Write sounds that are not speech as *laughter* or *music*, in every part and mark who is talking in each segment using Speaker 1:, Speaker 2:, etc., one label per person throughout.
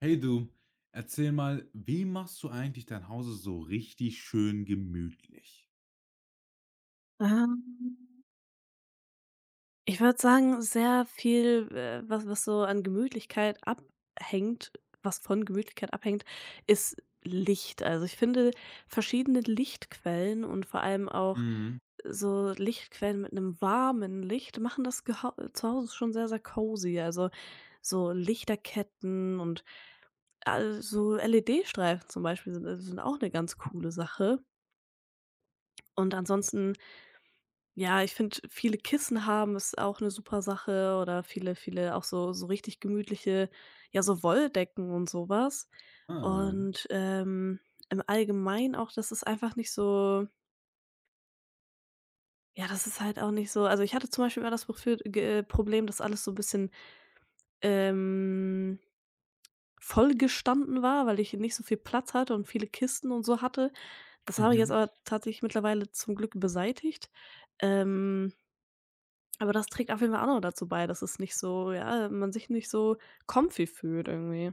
Speaker 1: Hey du, erzähl mal, wie machst du eigentlich dein Haus so richtig schön gemütlich?
Speaker 2: Ähm, ich würde sagen, sehr viel, was von Gemütlichkeit abhängt, ist Licht. Also, ich finde, verschiedene Lichtquellen und vor allem auch
Speaker 1: Mhm.
Speaker 2: so Lichtquellen mit einem warmen Licht machen das Geha zu Hause schon sehr, sehr cozy. Also, so Lichterketten und, so LED-Streifen zum Beispiel sind auch eine ganz coole Sache. Und ansonsten, ja, ich finde, viele Kissen haben ist auch eine super Sache oder viele auch so richtig gemütliche, ja, so Wolldecken und sowas.
Speaker 1: Ah ja.
Speaker 2: Und, im Allgemeinen auch, das ist einfach nicht so, ja, das ist halt auch nicht so, also, ich hatte zum Beispiel immer das Profil ge Problem, dass alles so 'n bisschen, ähm, vollgestanden war, weil ich nicht so viel Platz hatte und viele Kisten und so hatte. Das habe ich jetzt
Speaker 1: Mhm.
Speaker 2: aber tatsächlich mittlerweile zum Glück beseitigt. Ähm Aber das trägt auf jeden Fall auch noch dazu bei, dass es nicht so, ja, man sich nicht so comfy fühlt irgendwie.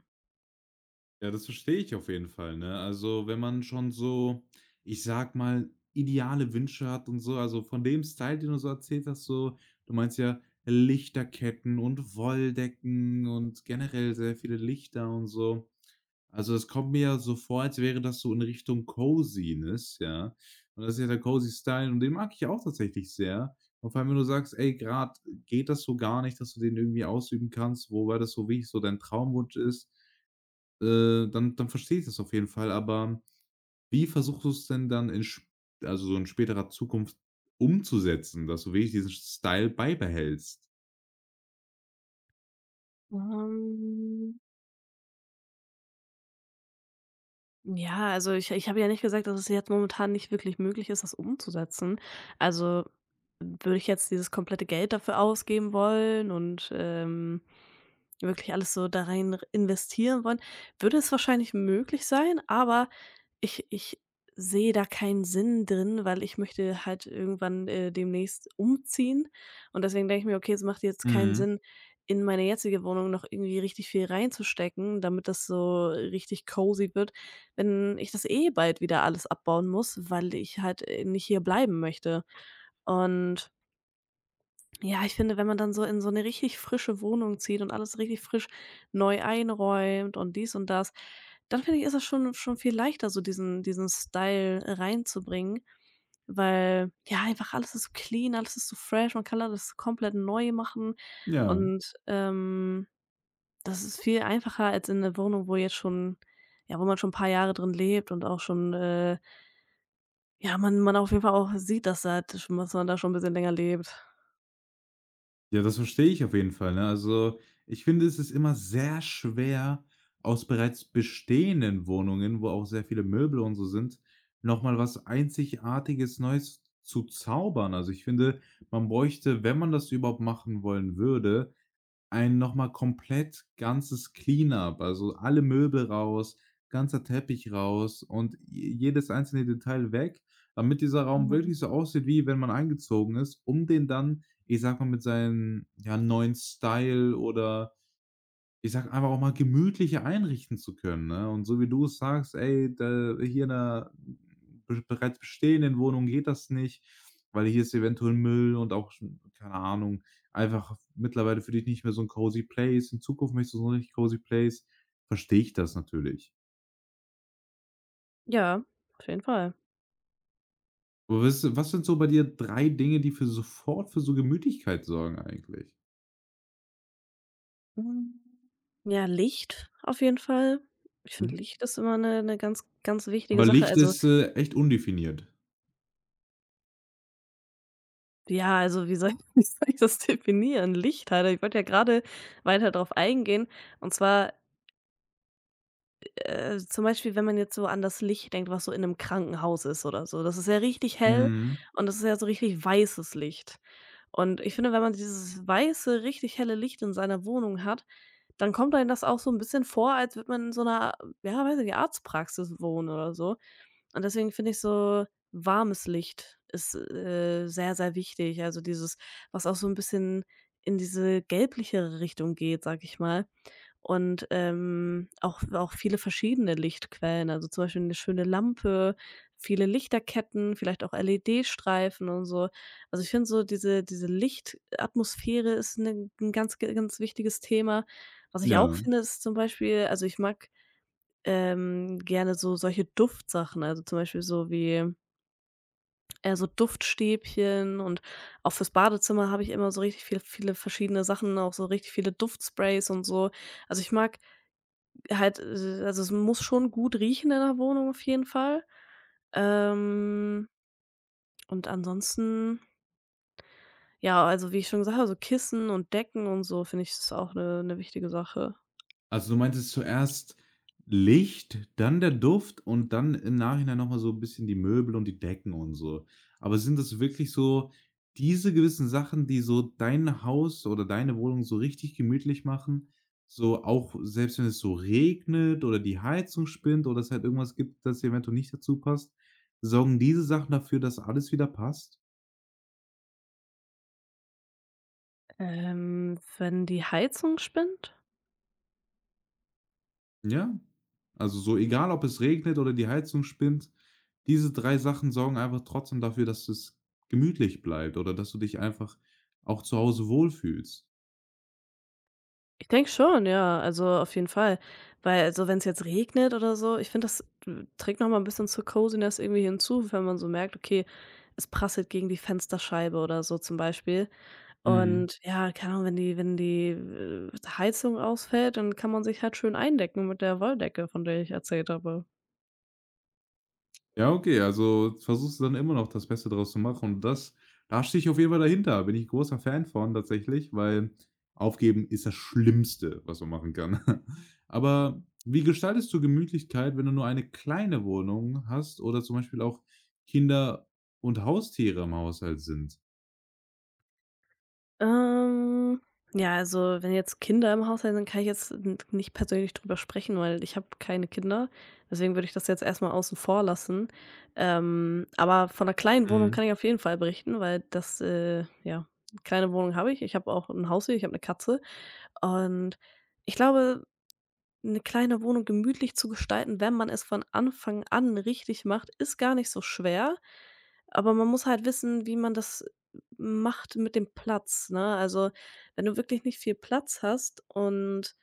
Speaker 1: Ja, das verstehe ich auf jeden Fall, ne? Also, wenn man schon so, ich sag mal, ideale Wünsche hat und so, also von dem Style, den du so erzählt hast, so, du meinst ja Lichterketten und Wolldecken und generell sehr viele Lichter und so. Also, es kommt mir ja so vor, als wäre das so in Richtung Coziness, ja? Und das ist ja der Cozy Style und den mag ich ja auch tatsächlich sehr. Und vor allem, wenn du sagst: „Ey, grad geht das so gar nicht, dass du den irgendwie ausüben kannst, wobei das so wirklich so dein Traumwunsch ist“, dann verstehe ich das auf jeden Fall. Aber wie versuchst du es denn dann in sp, also, so in späterer Zukunft umzusetzen, dass du wirklich diesen Style beibehältst?
Speaker 2: Mhm. Ja, also ich habe ja nicht gesagt, dass es jetzt momentan nicht wirklich möglich ist, das umzusetzen. Also, würde ich jetzt dieses komplette Geld dafür ausgeben wollen und, wirklich alles so da rein investieren wollen, würde es wahrscheinlich möglich sein, aber ich sehe da keinen Sinn drin, weil ich möchte halt irgendwann, demnächst umziehen. Und deswegen denke ich mir: „Okay, es macht jetzt keinen
Speaker 1: Mhm.
Speaker 2: Sinn, in meine jetzige Wohnung noch irgendwie richtig viel reinzustecken, damit das so richtig cozy wird.“ Wenn ich das eh bald wieder alles abbauen muss, weil ich halt, nicht hier bleiben möchte. Und ja, ich finde, wenn man dann so in so eine richtig frische Wohnung zieht und alles richtig frisch neu einräumt und dies und das, dann finde ich, ist das schon viel leichter, so diesen Style reinzubringen, weil, ja, einfach alles ist so clean, alles ist so fresh, man kann alles komplett neu machen,
Speaker 1: Ja.
Speaker 2: und das ist viel einfacher als in 'ner Wohnung, wo jetzt schon, ja, wo man schon 'n paar Jahre drin lebt und auch schon, ja, man auf jeden Fall auch sieht, dass man da schon 'n bisschen länger lebt.
Speaker 1: Ja, das verstehe ich auf jeden Fall, ne? Also, ich finde, es ist immer sehr schwer, aus bereits bestehenden Wohnungen, wo auch sehr viele Möbel und so sind, noch mal was Einzigartiges Neues zu zaubern. Also, ich finde, man bräuchte, wenn man das überhaupt machen wollen würde, ein nochmal komplett ganzes Cleanup, also alle Möbel raus, ganzer Teppich raus und je jedes einzelne Detail weg, damit dieser Raum
Speaker 2: Mhm.
Speaker 1: wirklich so aussieht, wie wenn man eingezogen ist, um den dann, ich sag mal, mit seinem, ja, neuen Style oder ich sag einfach auch mal gemütlicher einrichten zu können, ne? Und so wie du es sagst: „Ey, da hier in der be bereits bestehenden Wohnung geht das nicht, weil hier ist eventuell Müll und auch schon keine Ahnung, einfach mittlerweile für dich nicht mehr so ein cozy place. In Zukunft möchtest du so ein richtig cozy place." Verstehe ich das natürlich.
Speaker 2: Ja, auf jeden Fall.
Speaker 1: Aber was sind so bei dir 3 Dinge, die für sofort für so Gemütlichkeit sorgen eigentlich?
Speaker 2: Ja, Licht auf jeden Fall. Ich
Speaker 1: Hm?
Speaker 2: finde, Licht ist immer 'ne ganz, ganz wichtige
Speaker 1: Aber
Speaker 2: Sache.
Speaker 1: Licht
Speaker 2: Also,
Speaker 1: ist, echt undefiniert.
Speaker 2: ja, also, wie soll *laughs* wie soll ich das definieren? Licht halt. Ich wollte ja grade weiter drauf eingehen. Und zwar. Zum Beispiel, wenn man jetzt so an das Licht denkt, was so in einem Krankenhaus ist oder so. Das ist ja richtig hell
Speaker 1: Mhm.
Speaker 2: und das ist ja so richtig weißes Licht. Und ich finde, wenn man dieses weiße, richtig helle Licht in seiner Wohnung hat, dann kommt einem das auch so ein bisschen vor, als würde man in so einer, ja, weiß ich nicht, Arztpraxis wohnen oder so. Und deswegen finde ich, so warmes Licht ist, sehr, sehr wichtig. Also, dieses, was auch so ein bisschen in diese gelblichere Richtung geht, sage ich mal. Und, auch viele verschiedene Lichtquellen, also, zum Beispiel eine schöne Lampe, viele Lichterketten, vielleicht auch LED-Streifen und so. Also, ich finde, so diese Lichtatmosphäre ist 'n ganz, ganz wichtiges Thema. Was ich
Speaker 1: Ja.
Speaker 2: auch finde, ist zum Beispiel, also, ich mag, gerne so solche Duftsachen, also, zum Beispiel so wie, so Duftstäbchen. Und auch fürs Badezimmer habe ich immer so richtig viele verschiedene Sachen, auch so richtig viele Duftsprays und so. Also, ich mag halt, also, es muss schon gut riechen in der Wohnung auf jeden Fall. Ähm, und ansonsten, ja, also, wie ich schon gesagt habe, so Kissen und Decken und so finde ich, ist auch eine wichtige Sache.
Speaker 1: Also, du meintest zuerst Licht, dann der Duft und dann im Nachhinein noch mal so ein bisschen die Möbel und die Decken und so. Aber sind das wirklich so diese gewissen Sachen, die so dein Haus oder deine Wohnung so richtig gemütlich machen? So auch selbst wenn es so regnet oder die Heizung spinnt oder es halt irgendwas gibt, das eventuell nicht dazu passt, sorgen diese Sachen dafür, dass alles wieder passt?
Speaker 2: Wenn die Heizung spinnt?
Speaker 1: Ja, also so egal, ob es regnet oder die Heizung spinnt, diese 3 Sachen sorgen einfach trotzdem dafür, dass es gemütlich bleibt oder dass du dich einfach auch zu Hause wohlfühlst.
Speaker 2: Ich denke schon, ja, also, auf jeden Fall. Weil, also, wenn es jetzt regnet oder so, ich finde, das d trägt noch mal 'n bisschen zur Coziness irgendwie hinzu, wenn man so merkt, okay, es prasselt gegen die Fensterscheibe oder so zum Beispiel.
Speaker 1: Mhm.
Speaker 2: Und ja, keine Ahnung, wenn die Heizung ausfällt, dann kann man sich halt schön eindecken mit der Wolldecke, von der ich erzählt habe.
Speaker 1: Ja, okay, also versuchst du dann immer noch das Beste draus zu machen und das, da stehe ich auf jeden Fall dahinter. Bin ich großer Fan von tatsächlich, weil aufgeben ist das Schlimmste, was man machen kann. *laughs* Aber wie gestaltest du Gemütlichkeit, wenn du nur eine kleine Wohnung hast oder zum Beispiel auch Kinder und Haustiere im Haushalt sind?
Speaker 2: Ähm, ja, also, wenn jetzt Kinder im Haushalt sind, kann ich jetzt n nicht persönlich drüber sprechen, weil ich habe keine Kinder. Deswegen würde ich das jetzt erstmal außen vor lassen. Aber von 'ner kleinen Wohnung
Speaker 1: Mhm.
Speaker 2: kann ich auf jeden Fall berichten, weil ja, eine kleine Wohnung habe ich. Ich habe auch ein Haustier, ich habe eine Katze und ich glaube, eine kleine Wohnung gemütlich zu gestalten, wenn man es von Anfang an richtig macht, ist gar nicht so schwer, aber man muss halt wissen, wie man das macht mit dem Platz, ne? Also, wenn du wirklich nicht viel Platz hast und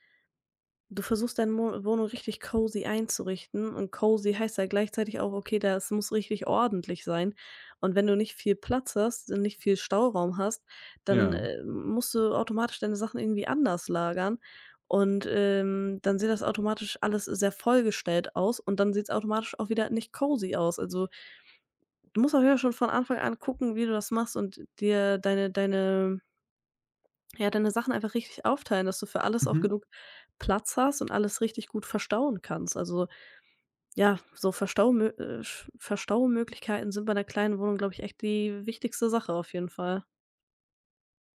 Speaker 2: du versuchst, deine Mo Wohnung richtig cozy einzurichten, und cozy heißt ja gleichzeitig auch, okay, das muss richtig ordentlich sein. Und wenn du nicht viel Platz hast, nicht viel Stauraum hast, dann,
Speaker 1: Ja.
Speaker 2: musst du automatisch deine Sachen irgendwie anders lagern und, dann sieht das automatisch alles sehr vollgestellt aus und dann sieht es automatisch auch wieder nicht cozy aus. Also, du musst auf ja, schon von Anfang an gucken, wie du das machst, und dir deine Sachen einfach richtig aufteilen, dass du für alles auch
Speaker 1: Mhm.
Speaker 2: genug Platz hast und alles richtig gut verstauen kannst. Also, ja, so Verstaumöglichkeiten sind bei 'ner kleinen Wohnung, glaube ich, echt die wichtigste Sache auf jeden Fall.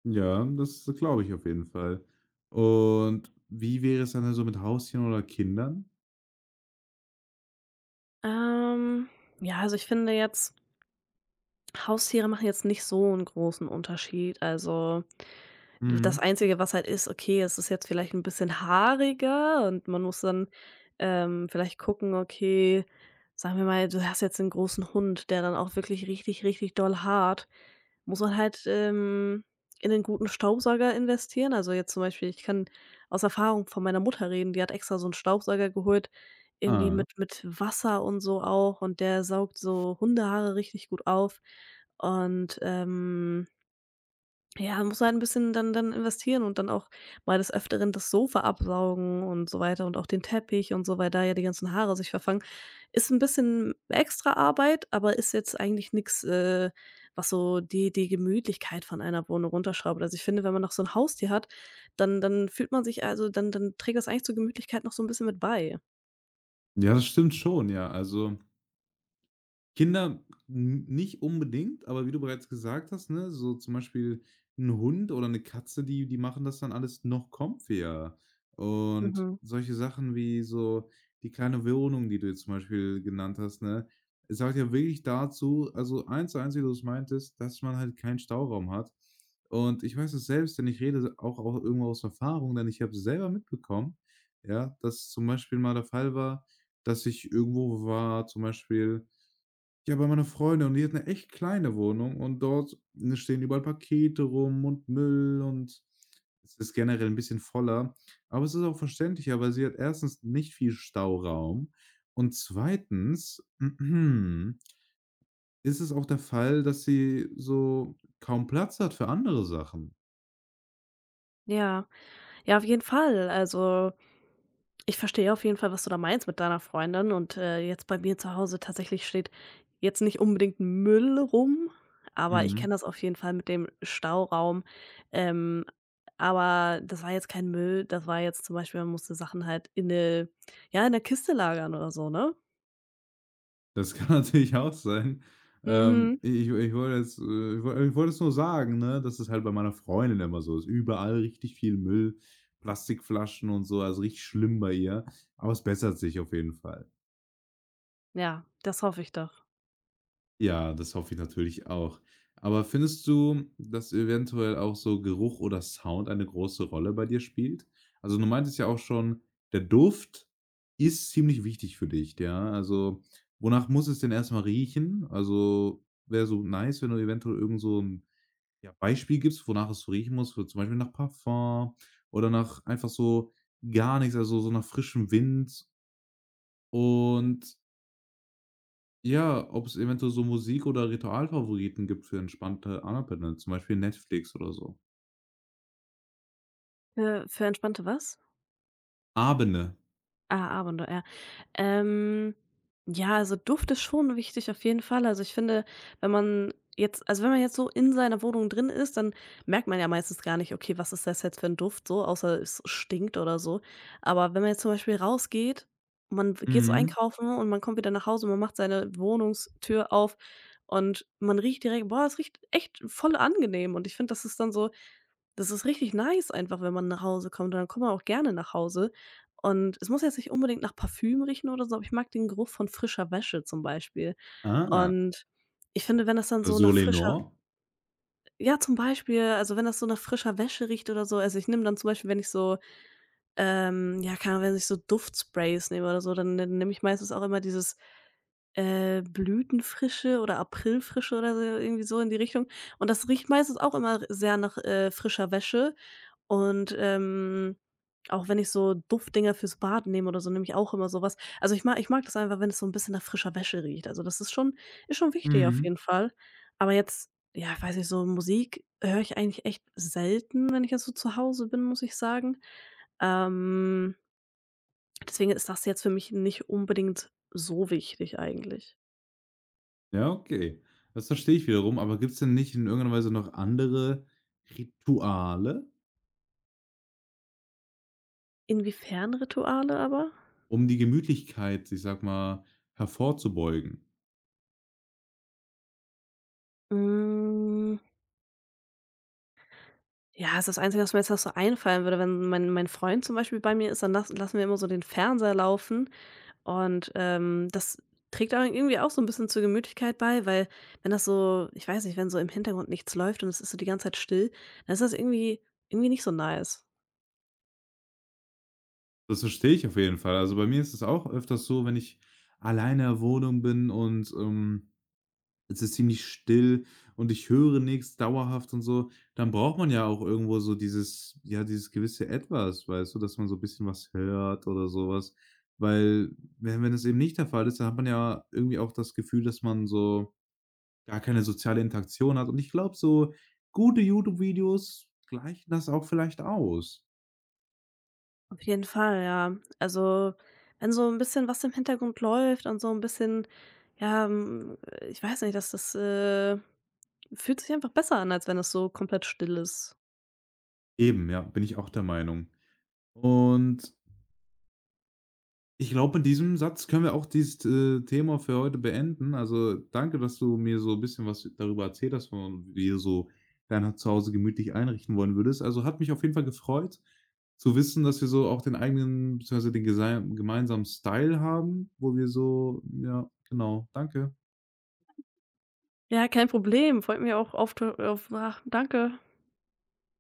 Speaker 1: Ja, das glaube ich auf jeden Fall. Und wie wäre es dann so mit Haustieren oder Kindern?
Speaker 2: Ähm, ja, also, ich finde jetzt, Haustiere machen jetzt nicht so einen großen Unterschied. Also, das
Speaker 1: Mhm.
Speaker 2: Einzige, was halt ist, okay, es ist jetzt vielleicht ein bisschen haariger und man muss dann, vielleicht gucken, okay, sagen wir mal, du hast jetzt einen großen Hund, der dann auch wirklich richtig, richtig doll hart, muss man halt, in einen guten Staubsauger investieren. Also, jetzt zum Beispiel, ich kann aus Erfahrung von meiner Mutter reden, die hat extra so einen Staubsauger geholt, irgendwie
Speaker 1: Ah.
Speaker 2: mit Wasser und so auch, und der saugt so Hundehaare richtig gut auf, und ja, muss halt ein bisschen dann investieren und dann auch mal des Öfteren das Sofa absaugen und so weiter und auch den Teppich und so, weil da ja die ganzen Haare sich verfangen. Ist ein bisschen extra Arbeit, aber ist jetzt eigentlich nix, was so die Gemütlichkeit von einer Wohnung runterschraubt. Also, ich finde, wenn man noch so ein Haustier hat, dann fühlt man sich, also, dann trägt das eigentlich zur Gemütlichkeit noch so ein bisschen mit bei.
Speaker 1: Ja, das stimmt schon, ja. Also Kinder n nicht unbedingt, aber wie du bereits gesagt hast, ne, so zum Beispiel ein Hund oder eine Katze, die machen das dann alles noch comfyer. Und
Speaker 2: Mhm.
Speaker 1: solche Sachen wie so die kleine Wohnung, die du jetzt zum Beispiel genannt hast, ne, es sagt ja wirklich dazu, also, eins zu eins, wie du es meintest, dass man halt keinen Stauraum hat. Und ich weiß es selbst, denn ich rede auch irgendwo aus Erfahrung, denn ich habe selber mitbekommen, ja, dass zum Beispiel mal der Fall war, dass ich irgendwo war, zum Beispiel ja, bei meiner Freundin und die hat eine echt kleine Wohnung und dort, ne, stehen überall Pakete rum und Müll und es ist generell ein bisschen voller. Aber es ist auch verständlicher, weil sie hat erstens nicht viel Stauraum und zweitens *clears throat* ist es auch der Fall, dass sie so kaum Platz hat für andere Sachen.
Speaker 2: Ja. Ja, auf jeden Fall. Also, ich verstehe auf jeden Fall, was du da meinst mit deiner Freundin, und, jetzt bei mir zu Hause tatsächlich steht jetzt nicht unbedingt Müll rum, aber ich
Speaker 1: Mhm.
Speaker 2: kenne das auf jeden Fall mit dem Stauraum. Ähm, aber das war jetzt kein Müll, das war jetzt zum Beispiel, man musste Sachen halt in 'ne ja, in der Kiste lagern oder so, ne?
Speaker 1: Das kann *laughs* natürlich auch sein. Ähm,
Speaker 2: Mhm.
Speaker 1: ich ich wollte jetzt ich wollte es nur sagen, ne, dass es halt bei meiner Freundin immer so ist. Überall richtig viel Müll, Plastikflaschen und so, also richtig schlimm bei ihr, aber es bessert sich auf jeden Fall.
Speaker 2: Ja, das hoffe ich doch.
Speaker 1: Ja, das hoffe ich natürlich auch. Aber findest du, dass eventuell auch so Geruch oder Sound eine große Rolle bei dir spielt? Also, du meintest ja auch schon, der Duft ist ziemlich wichtig für dich, ja? Also, wonach muss es denn erst mal riechen? Also, wäre so nice, wenn du eventuell irgend so 'n, ja, Beispiel gibst, wonach es so riechen muss, so zum Beispiel nach Parfum oder nach einfach so gar nichts, also so nach frischem Wind und ja, ob es eventuell so Musik oder Ritualfavoriten gibt für entspannte Abende, zum Beispiel Netflix oder so.
Speaker 2: Für entspannte was?
Speaker 1: Abende.
Speaker 2: Ah, Abenteuer, ja. Ähm, ja, also, Duft ist schon wichtig auf jeden Fall. Also, ich finde, wenn man jetzt so in seiner Wohnung drin ist, dann merkt man ja meistens gar nicht: „Okay, was ist das jetzt für ein Duft?“ So, außer es stinkt oder so. Aber wenn man jetzt zum Beispiel rausgeht, man geht so
Speaker 1: Mhm.
Speaker 2: einkaufen und man kommt wieder nach Hause und man macht seine Wohnungstür auf und man riecht direkt: „Boah, es riecht echt voll angenehm.“ Und ich finde, das ist richtig nice einfach, wenn man nach Hause kommt und dann kommt man auch gerne nach Hause. Und es muss jetzt nicht unbedingt nach Parfüm riechen oder so, aber ich mag den Geruch von frischer Wäsche zum Beispiel.
Speaker 1: Ah,
Speaker 2: Und ich finde, wenn das dann so nach frischer
Speaker 1: Solenor?
Speaker 2: ja, zum Beispiel, also, wenn das so nach frischer Wäsche riecht oder so, also, ich nehme dann zum Beispiel, wenn ich so, ja, keine Ahnung, wenn ich so Duftsprays nehme oder so, dann nehme ich meistens auch immer dieses Blütenfrische oder Aprilfrische oder so, irgendwie so in die Richtung. Und das riecht meistens auch immer sehr nach, frischer Wäsche. Und, auch wenn ich so Duftdinger fürs Bad nehme oder so, nehme ich auch immer sowas. Also, ich mag das einfach, wenn es so ein bisschen nach frischer Wäsche riecht. Also, das ist schon wichtig auf
Speaker 1: Mhm.
Speaker 2: jeden Fall. Aber jetzt, ja, ich weiß nicht, so Musik höre ich eigentlich echt selten, wenn ich jetzt so zu Hause bin, muss ich sagen. Ähm, Deswegen ist das jetzt für mich nicht unbedingt so wichtig eigentlich.
Speaker 1: Ja, okay. Das verstehe ich wiederum, aber gibt es denn nicht in irgendeiner Weise noch andere Rituale,
Speaker 2: Inwiefern Rituale aber?
Speaker 1: um die Gemütlichkeit, ich sag mal, hervorzubeugen?
Speaker 2: Hm, ja, es ist das Einzige, was mir jetzt noch so einfallen würde, wenn mein Freund zum Beispiel bei mir ist, dann lassen wir immer so den Fernseher laufen, und, das trägt aber irgendwie auch so ein bisschen zur Gemütlichkeit bei, weil, wenn das so ich weiß nicht, wenn so im Hintergrund nichts läuft und es ist so die ganze Zeit still, dann ist das irgendwie irgendwie nicht so nice.
Speaker 1: Das verstehe ich auf jeden Fall. Also, bei mir ist es auch öfters so, wenn ich alleine in der Wohnung bin und. Es ist ziemlich still und ich höre nichts dauerhaft und so. Dann braucht man ja auch irgendwo so dieses, ja, dieses gewisse Etwas, weißt du, dass man so ein bisschen was hört oder sowas. Weil, wenn es eben nicht der Fall ist, dann hat man ja irgendwie auch das Gefühl, dass man so gar keine soziale Interaktion hat. Und ich glaube, so gute YouTube-Videos gleichen das auch vielleicht aus.
Speaker 2: Auf jeden Fall, ja. Also, wenn so ein bisschen was im Hintergrund läuft und so ein bisschen, ja, ich weiß nicht, fühlt sich einfach besser an, als wenn es so komplett still ist.
Speaker 1: Eben, ja, bin ich auch der Meinung. Und ich glaube, mit diesem Satz können wir auch dieses, Thema für heute beenden. Also, danke, dass du mir so ein bisschen was darüber erzählt hast, von wie du so dein Zuhause gemütlich einrichten wollen würdest. Also, hat mich auf jeden Fall gefreut zu wissen, dass wir so auch den eigenen beziehungsweise den gesei gemeinsamen Style haben, wo wir so, ja, genau. Danke.
Speaker 2: Ja, kein Problem. Freut mich auch auf ach, danke.